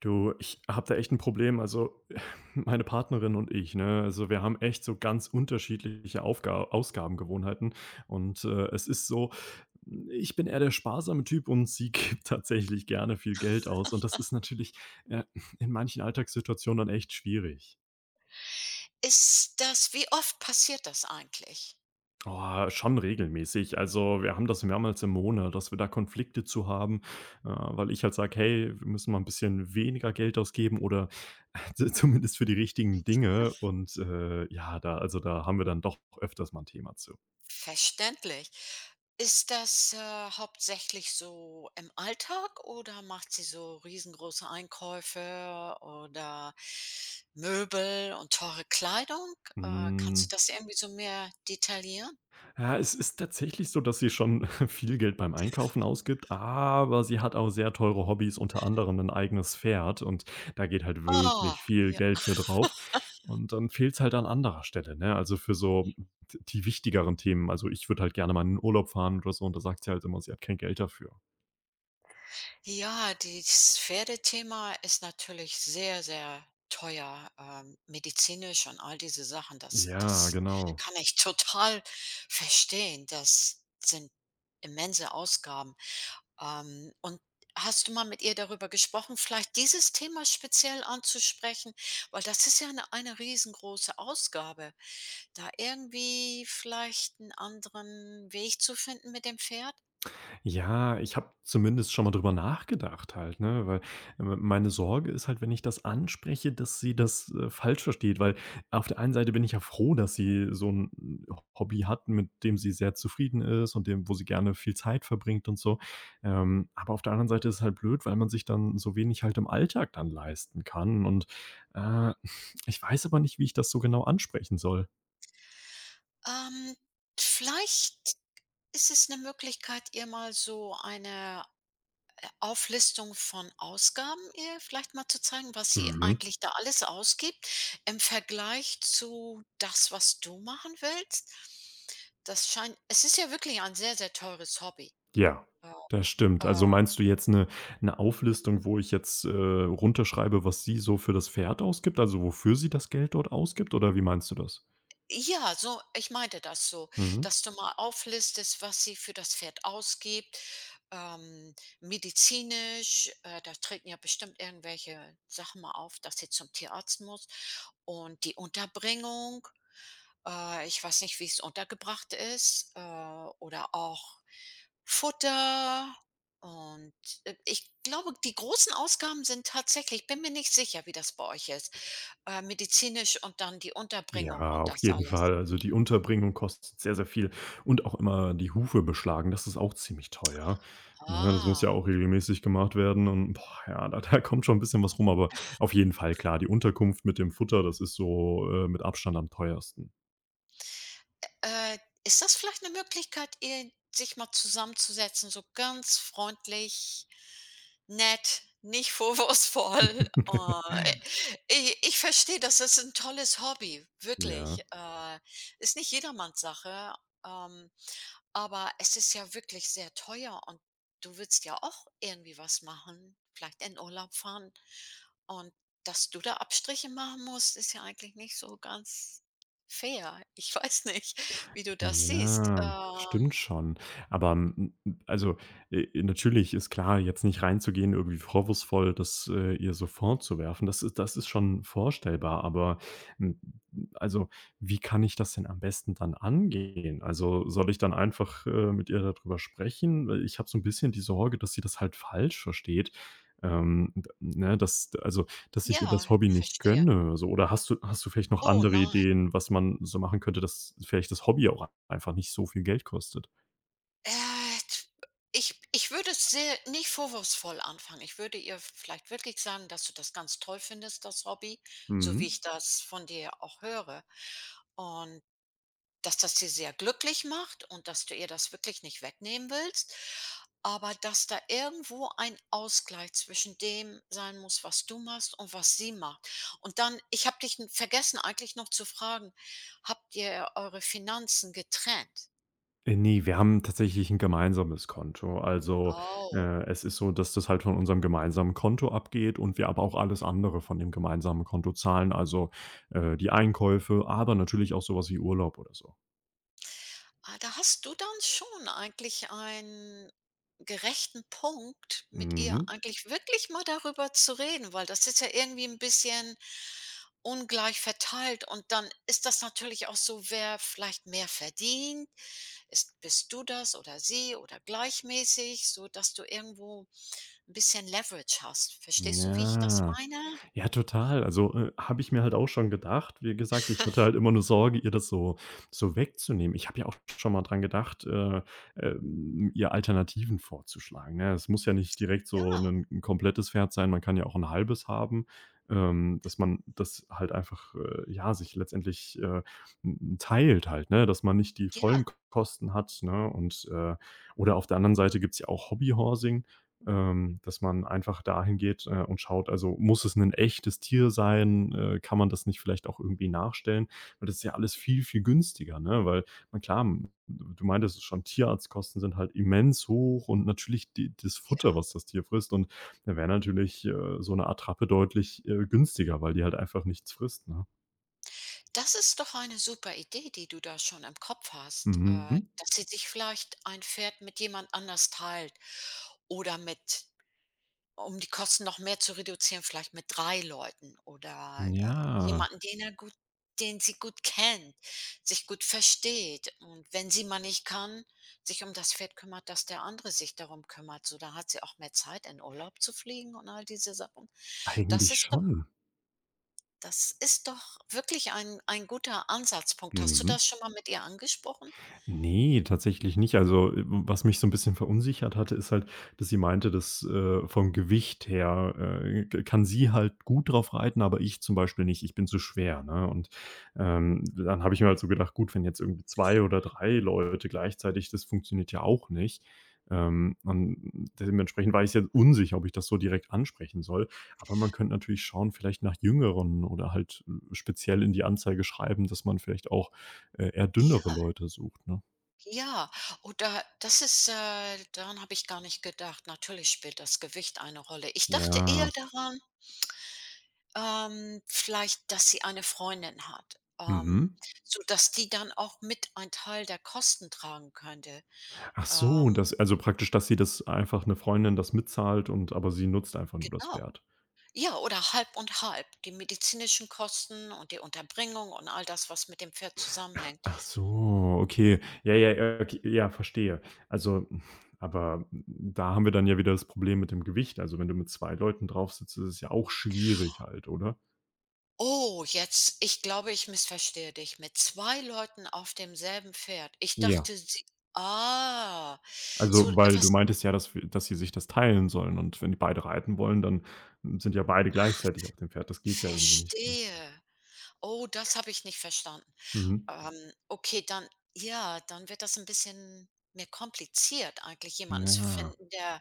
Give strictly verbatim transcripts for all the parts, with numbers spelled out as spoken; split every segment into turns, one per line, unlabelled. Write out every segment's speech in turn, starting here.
Du, ich habe da echt ein Problem. Also, meine Partnerin und ich, ne, also, wir haben echt so ganz unterschiedliche Aufga Ausgabengewohnheiten und, äh, es ist so, ich bin eher der sparsame Typ und sie gibt tatsächlich gerne viel Geld aus, und das ist natürlich, äh, in manchen Alltagssituationen dann echt schwierig.
Ist das wie oft passiert das eigentlich?
Oh, schon regelmäßig. Also, wir haben das mehrmals im Monat, dass wir da Konflikte zu haben, äh, weil ich halt sage: „Hey, wir müssen mal ein bisschen weniger Geld ausgeben oder zu zumindest für die richtigen Dinge." Und, äh, ja, da also, da haben wir dann doch öfters mal ein Thema zu.
Verständlich. Ist das, äh, hauptsächlich so im Alltag oder macht sie so riesengroße Einkäufe oder Möbel und teure Kleidung? Äh, kannst du
Hm.
das irgendwie so mehr detaillieren?
Ja, es ist tatsächlich so, dass sie schon viel Geld beim Einkaufen ausgibt, aber sie hat auch sehr teure Hobbys, unter anderem ein eigenes Pferd, und da geht halt
Oh,
wirklich viel Geld für drauf, und dann fehlt es halt an anderer Stelle, ne? Also, für so die wichtigeren Themen. Also, ich würde halt gerne mal in 'n Urlaub fahren oder so, und da sagt sie halt immer, sie hat kein Geld dafür.
ja, dieses Pferdethema ist natürlich sehr, sehr teuer, ähm, medizinisch und all diese Sachen. Das
Ja,
das
genau.
kann ich total verstehen. Das sind immense Ausgaben. Ähm, und hast du mal mit ihr darüber gesprochen, vielleicht dieses Thema speziell anzusprechen? Weil das ist ja 'ne eine riesengroße Ausgabe. Da irgendwie vielleicht einen anderen Weg zu finden mit dem Pferd?
Ja, ich habe zumindest schon mal drüber nachgedacht halt, ne? Weil, ähm, meine Sorge ist halt, wenn ich das anspreche, dass sie das, äh, falsch versteht, weil auf der einen Seite bin ich ja froh, dass sie so ein Hobby hat, mit dem sie sehr zufrieden ist und dem, wo sie gerne viel Zeit verbringt und so. Ähm, aber auf der anderen Seite ist es halt blöd, weil man sich dann so wenig halt im Alltag dann leisten kann, und, äh, ich weiß aber nicht, wie ich das so genau ansprechen soll.
Ähm, Vielleicht ist es 'ne Möglichkeit, ihr mal so eine Auflistung von Ausgaben ihr vielleicht mal zu zeigen, was sie
Mhm.
eigentlich da alles ausgibt im Vergleich zu das, was du machen willst. Das scheint es ist ja wirklich ein sehr, sehr teures Hobby.
Ja,
Äh,
das stimmt. Also,
äh
meinst du jetzt eine eine Auflistung, wo ich jetzt, äh, runterschreibe, was sie so für das Pferd ausgibt, also, wofür sie das Geld dort ausgibt, oder wie meinst du das?
Ja, so ich meinte das so,
Mhm.
dass du mal auflistest, was sie für das Pferd ausgibt, ähm, medizinisch, äh, da treten ja bestimmt irgendwelche Sachen mal auf, dass sie zum Tierarzt muss und die Unterbringung. Äh, ich weiß nicht, wie es untergebracht ist, äh, oder auch Futter und, äh, ich glaube, die großen Ausgaben sind tatsächlich. Ich bin mir nicht sicher, wie das bei euch ist, äh, medizinisch und dann die Unterbringung
Ja,
und
auf
das
jeden
alles.
Fall. Also, die Unterbringung kostet sehr, sehr viel, und auch immer die Hufe beschlagen, das ist auch ziemlich teuer. Ne, das muss ja
Ah.
auch regelmäßig gemacht werden, und boah, ja, da da kommt schon ein bisschen was rum, aber auf jeden Fall, klar, die Unterkunft mit dem Futter, das ist so, äh, mit Abstand am teuersten.
Äh, Ist das vielleicht eine Möglichkeit, ihr sich mal zusammenzusetzen, so ganz freundlich, nett, nicht vorwurfsvoll. Oh, i ich verstehe das, das ist 'n tolles Hobby,
Ja.
wirklich. Äh, ist nicht jedermanns Sache, ähm, aber es ist ja wirklich sehr teuer und du willst ja auch irgendwie was machen, vielleicht in Urlaub fahren. Und dass du da Abstriche machen musst, ist ja eigentlich nicht so ganz fair. Ich weiß nicht, wie du das siehst.
Ja,
Ähm,
stimmt schon. Aber, hm, hm, also, äh, natürlich ist klar, jetzt nicht reinzugehen, irgendwie vorwurfsvoll das, äh, ihr so vorzuwerfen. Das ist das ist schon vorstellbar, aber, hm, also, wie kann ich das denn am besten dann angehen? Also, soll ich dann einfach, äh, mit ihr darüber sprechen? Weil ich habe so ein bisschen die Sorge, dass sie das halt falsch versteht. Ähm, d ne, dass also, dass ich ihr das
ja,
Hobby nicht
verstehe.
gönne, so. Oder hast du hast du vielleicht noch
Oh,
andere
nein.
Ideen, was man so machen könnte, dass vielleicht das Hobby auch einfach nicht so viel Geld kostet?
Äh, t ich ich würde es sehr nicht vorwurfsvoll anfangen. Ich würde ihr vielleicht wirklich sagen, dass du das ganz toll findest, das Hobby, so wie
Mhm.
ich das von dir auch höre. Und dass das sie sehr glücklich macht und dass du ihr das wirklich nicht wegnehmen willst, aber dass da irgendwo ein Ausgleich zwischen dem sein muss, was du machst und was sie macht. Und dann ich habe dich n vergessen eigentlich noch zu fragen, habt ihr eure Finanzen getrennt?
Äh, ne, wir haben tatsächlich ein gemeinsames Konto. Also,
Oh.
äh, es ist so, dass das halt von unserem gemeinsamen Konto abgeht, und wir aber auch alles andere von dem gemeinsamen Konto zahlen, also, äh, die Einkäufe, aber natürlich auch sowas wie Urlaub oder so.
Ah, da hast du dann schon eigentlich einen gerechten Punkt, mit ihr
Mhm.
eigentlich wirklich mal darüber zu reden, weil das ist ja irgendwie ein bisschen ungleich verteilt und dann ist das natürlich auch so, wer vielleicht mehr verdient. Ist Bist du das oder sie oder gleichmäßig, so dass du irgendwo ein bisschen Leverage hast. Verstehst du, wie ich das
Ja.
meine?
Ja, total. Also, äh, habe ich mir halt auch schon gedacht. Wie gesagt, ich hatte halt immer nur Sorge, ihr das so so wegzunehmen. Ich habe ja auch schon mal dran gedacht, äh, ähm, ihr Alternativen vorzuschlagen, ne? Es muss ja nicht direkt
Ja,
so ein 'n komplettes Pferd sein, man kann ja auch ein halbes haben, ähm, dass man das halt einfach, äh, ja, sich letztendlich, äh, n teilt halt, ne, dass man nicht die
ja,
vollen Kosten hat, ne? Und, äh oder auf der anderen Seite gibt's ja auch Hobbyhorsing. Ähm, dass man einfach dahin geht, äh, und schaut, also muss es ein echtes Tier sein? Äh, kann man das nicht vielleicht auch irgendwie nachstellen? Weil das ist ja alles viel, viel günstiger, ne? Weil na klar, hm, du meintest es schon, Tierarztkosten sind halt immens hoch, und natürlich die das Futter,
ja.
was das Tier frisst, und da wäre natürlich, äh, so eine Attrappe deutlich, äh, günstiger, weil die halt einfach nichts frisst, ne?
Das ist doch eine super Idee, die du da schon im Kopf hast, äh,
Mhm.
dass sie sich vielleicht ein Pferd mit jemand anders teilt oder mit, um die Kosten noch mehr zu reduzieren, vielleicht mit drei Leuten oder, äh,
Ja,
jemanden, den er gut den sie gut kennt, sich gut versteht und wenn sie mal nicht kann, sich um das Pferd kümmert, dass der andere sich darum kümmert. So, da hat sie auch mehr Zeit, in Urlaub zu fliegen und all diese Sachen. Das
eigentlich
ist doch
schon.
Das ist doch wirklich ein ein guter Ansatzpunkt. Hast du
Mhm.
das schon mal mit ihr angesprochen?
Nee, tatsächlich nicht. Also, äh, was mich so ein bisschen verunsichert hatte, ist halt, dass sie meinte, dass, äh, vom Gewicht her, äh, k kann sie halt gut drauf reiten, aber ich zum Beispiel nicht. Ich bin zu schwer, ne? Und, ähm, dann habe ich mir halt so gedacht: „Gut, wenn jetzt irgendwie zwei oder drei Leute gleichzeitig, das funktioniert ja auch nicht." Ähm, und dementsprechend war ich jetzt unsicher, ob ich das so direkt ansprechen soll. Aber man könnte natürlich schauen, vielleicht nach Jüngeren oder halt, äh, speziell in die Anzeige schreiben, dass man vielleicht auch, äh, eher
Ja,
dünnere Leute sucht, ne?
ja. Oder das ist äh, daran habe ich gar nicht gedacht. Natürlich spielt das Gewicht eine Rolle. Ich dachte eher
Ja,
daran, ähm, vielleicht, dass sie eine Freundin hat, ähm,
mhm.
so dass die dann auch mit einen Teil der Kosten tragen könnte.
Ach so,
Ähm,
das also praktisch, dass sie das einfach 'ne Freundin das mitzahlt und aber sie nutzt einfach nur das
genau.
Pferd.
Ja, oder halb und halb. Die medizinischen Kosten und die Unterbringung und all das, was mit dem Pferd zusammenhängt.
Ach so, okay. Ja, ja, ja, okay, ja, verstehe. Also, aber da haben wir dann ja wieder das Problem mit dem Gewicht. Also, wenn du mit zwei Leuten drauf sitzt, ist es ja auch schwierig halt, oder?
Oh, jetzt ich glaube, ich missverstehe dich. Mit zwei Leuten auf demselben Pferd. Ich
Ja.
dachte, sie, ah,
Also,
so
weil du
was,
meintest ja, dass wir dass sie sich das teilen sollen, und wenn die beide reiten wollen, dann sind ja beide gleichzeitig auf dem Pferd. Das geht ja irgendwie nicht so.
verstehe. Oh, das habe ich nicht verstanden.
Mhm.
Ähm, okay, dann ja, dann wird das ein bisschen mehr kompliziert eigentlich, jemanden zu
Ja.
finden, der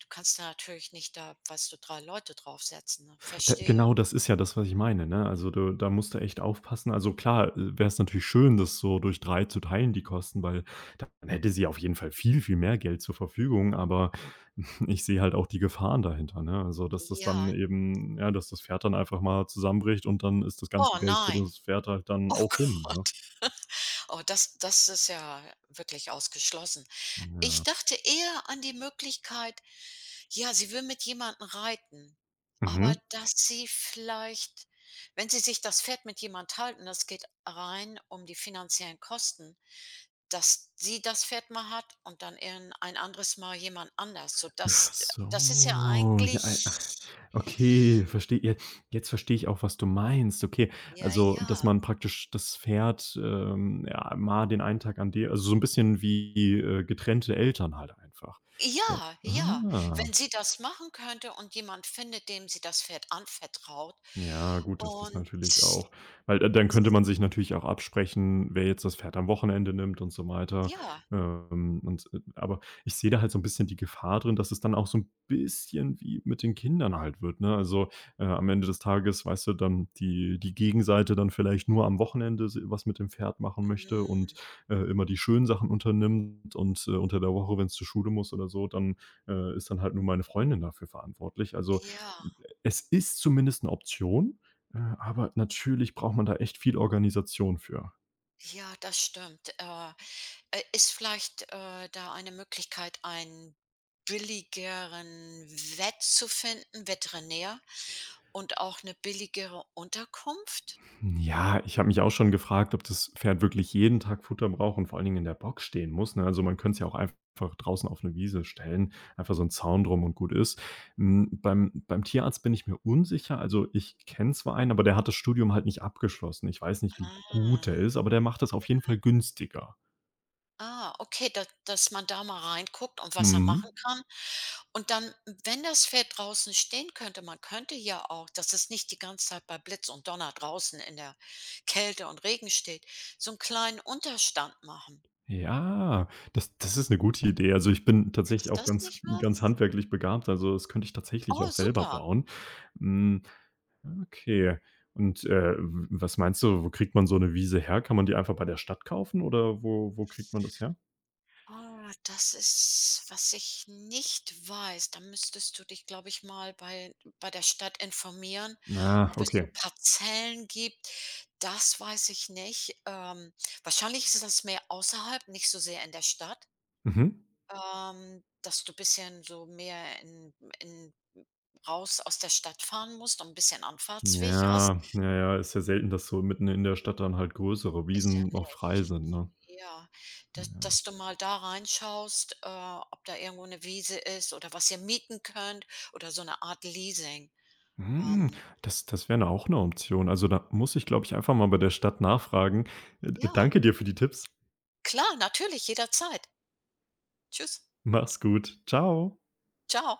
du kannst da natürlich nicht da, weißt du, drei Leute draufsetzen, ne?
D
Verstehe.
genau das ist ja das, was ich meine, ne? Also, du da musst du echt aufpassen. Also, klar, wäre es natürlich schön, das so durch drei zu teilen, die Kosten, weil dann hätte sie auf jeden Fall viel, viel mehr Geld zur Verfügung, aber ich sehe halt auch die Gefahren dahinter, ne? Also, dass das
Ja.
dann eben ja, dass das Pferd dann einfach mal zusammenbricht und dann ist das ganze
Oh
Geld für
nein.
das Pferd halt dann
Oh
auch hin, ne?
Gott. Oh, das das ist ja wirklich ausgeschlossen. Ich
Ja.
dachte eher an die Möglichkeit, ja, sie will mit jemandem reiten, aber
Mhm.
dass sie vielleicht, wenn sie sich das Pferd mit jemand halten, das geht rein um die finanziellen Kosten, dass sie das Pferd mal hat und dann irgend ein anderes Mal jemand anders. So
Ach
das das ist ja
so, ja, ei ach,
eigentlich,
okay, verstehe. Je jetzt verstehe ich auch, was du meinst. Okay,
ja,
also,
ja.
dass man praktisch das Pferd, ähm, ja, mal den einen Tag an dir, also, so ein bisschen wie, äh, getrennte Eltern halt einfach. So.
Ja, ja.
Ah.
Wenn sie das machen könnte und jemand findet, dem sie das Pferd anvertraut
Ja, gut, das ist
und
natürlich auch, weil da dann könnte man sich natürlich auch absprechen, wer jetzt das Pferd am Wochenende nimmt und so weiter.
ja,
Ähm, und äh, aber ich sehe da halt so ein bisschen die Gefahr drin, dass es dann auch so ein bisschen wie mit den Kindern halt wird, ne? Also, äh, am Ende des Tages, weißt du, dann die die Gegenseite dann vielleicht nur am Wochenende s was mit dem Pferd machen möchte, und,
hm,
äh, immer die schönen Sachen unternimmt, und, äh, unter der Woche, wenn es zur Schule muss oder so, dann, äh, ist dann halt nur meine Freundin dafür verantwortlich. Also
ja.
es ist zumindest 'ne Option, äh, aber natürlich braucht man da echt viel Organisation für.
Ja, das stimmt. Äh, äh, ist vielleicht, äh, da eine Möglichkeit, einen billigeren Wett zu finden, Veterinär, und auch eine billigere Unterkunft?
Hm, ja, ich habe mich auch schon gefragt, ob das Pferd wirklich jeden Tag Futter braucht und vor allen Dingen in der Box stehen muss, ne? Also, man könnte es ja auch einfach draußen auf 'ne Wiese stellen, einfach so 'n Zaun drum und gut ist. Hm, beim beim Tierarzt bin ich mir unsicher. Also, ich kenne zwar einen, aber der hat das Studium halt nicht abgeschlossen. Ich weiß nicht, wie gut der
Ah.
ist, aber der macht das auf jeden Fall günstiger.
Ah, okay, da dass man da mal reinguckt und was er machen
Mhm.
kann. Und dann, wenn das Pferd draußen stehen könnte, man könnte ja auch, dass es nicht die ganze Zeit bei Blitz und Donner draußen in der Kälte und Regen steht, so einen kleinen Unterstand machen.
Ja, das das ist eine gute Idee. Also, ich bin tatsächlich
Ist
auch
das
ganz
nicht
ganz
was?
handwerklich begabt, also, das könnte ich tatsächlich
Oh,
auch selber
super.
bauen. Hm, okay. Und, äh, w was meinst du, wo kriegt man so eine Wiese her? Kann man die einfach bei der Stadt kaufen, oder wo wo kriegt man das her?
Ah, das ist, was ich nicht weiß. Da müsstest du dich, glaube ich, mal bei bei der Stadt informieren,
Na,
ob es so
okay.
Parzellen gibt. Das weiß ich nicht. Ähm, wahrscheinlich ist das mehr außerhalb, nicht so sehr in der Stadt,
Mhm.
ähm, dass du bisschen so mehr in in raus aus der Stadt fahren musst und 'n bisschen Anfahrtsweg hast.
Ja, ja, ja, ist ja selten, dass so mitten in der Stadt dann halt größere
Ist ja
Wiesen noch frei
nicht.
sind, ne?
Ja, dass
Ja.
dass du mal da reinschaust, äh, ob da irgendwo eine Wiese ist oder was ihr mieten könnt oder so eine Art Leasing.
Hm,
Ähm,
das das wäre 'ne auch eine Option. Also, da muss ich, glaube ich, einfach mal bei der Stadt nachfragen. Äh,
ja,
danke dir für die Tipps.
klar, natürlich, jederzeit. Tschüss.
Mach's gut. Ciao.
Ciao.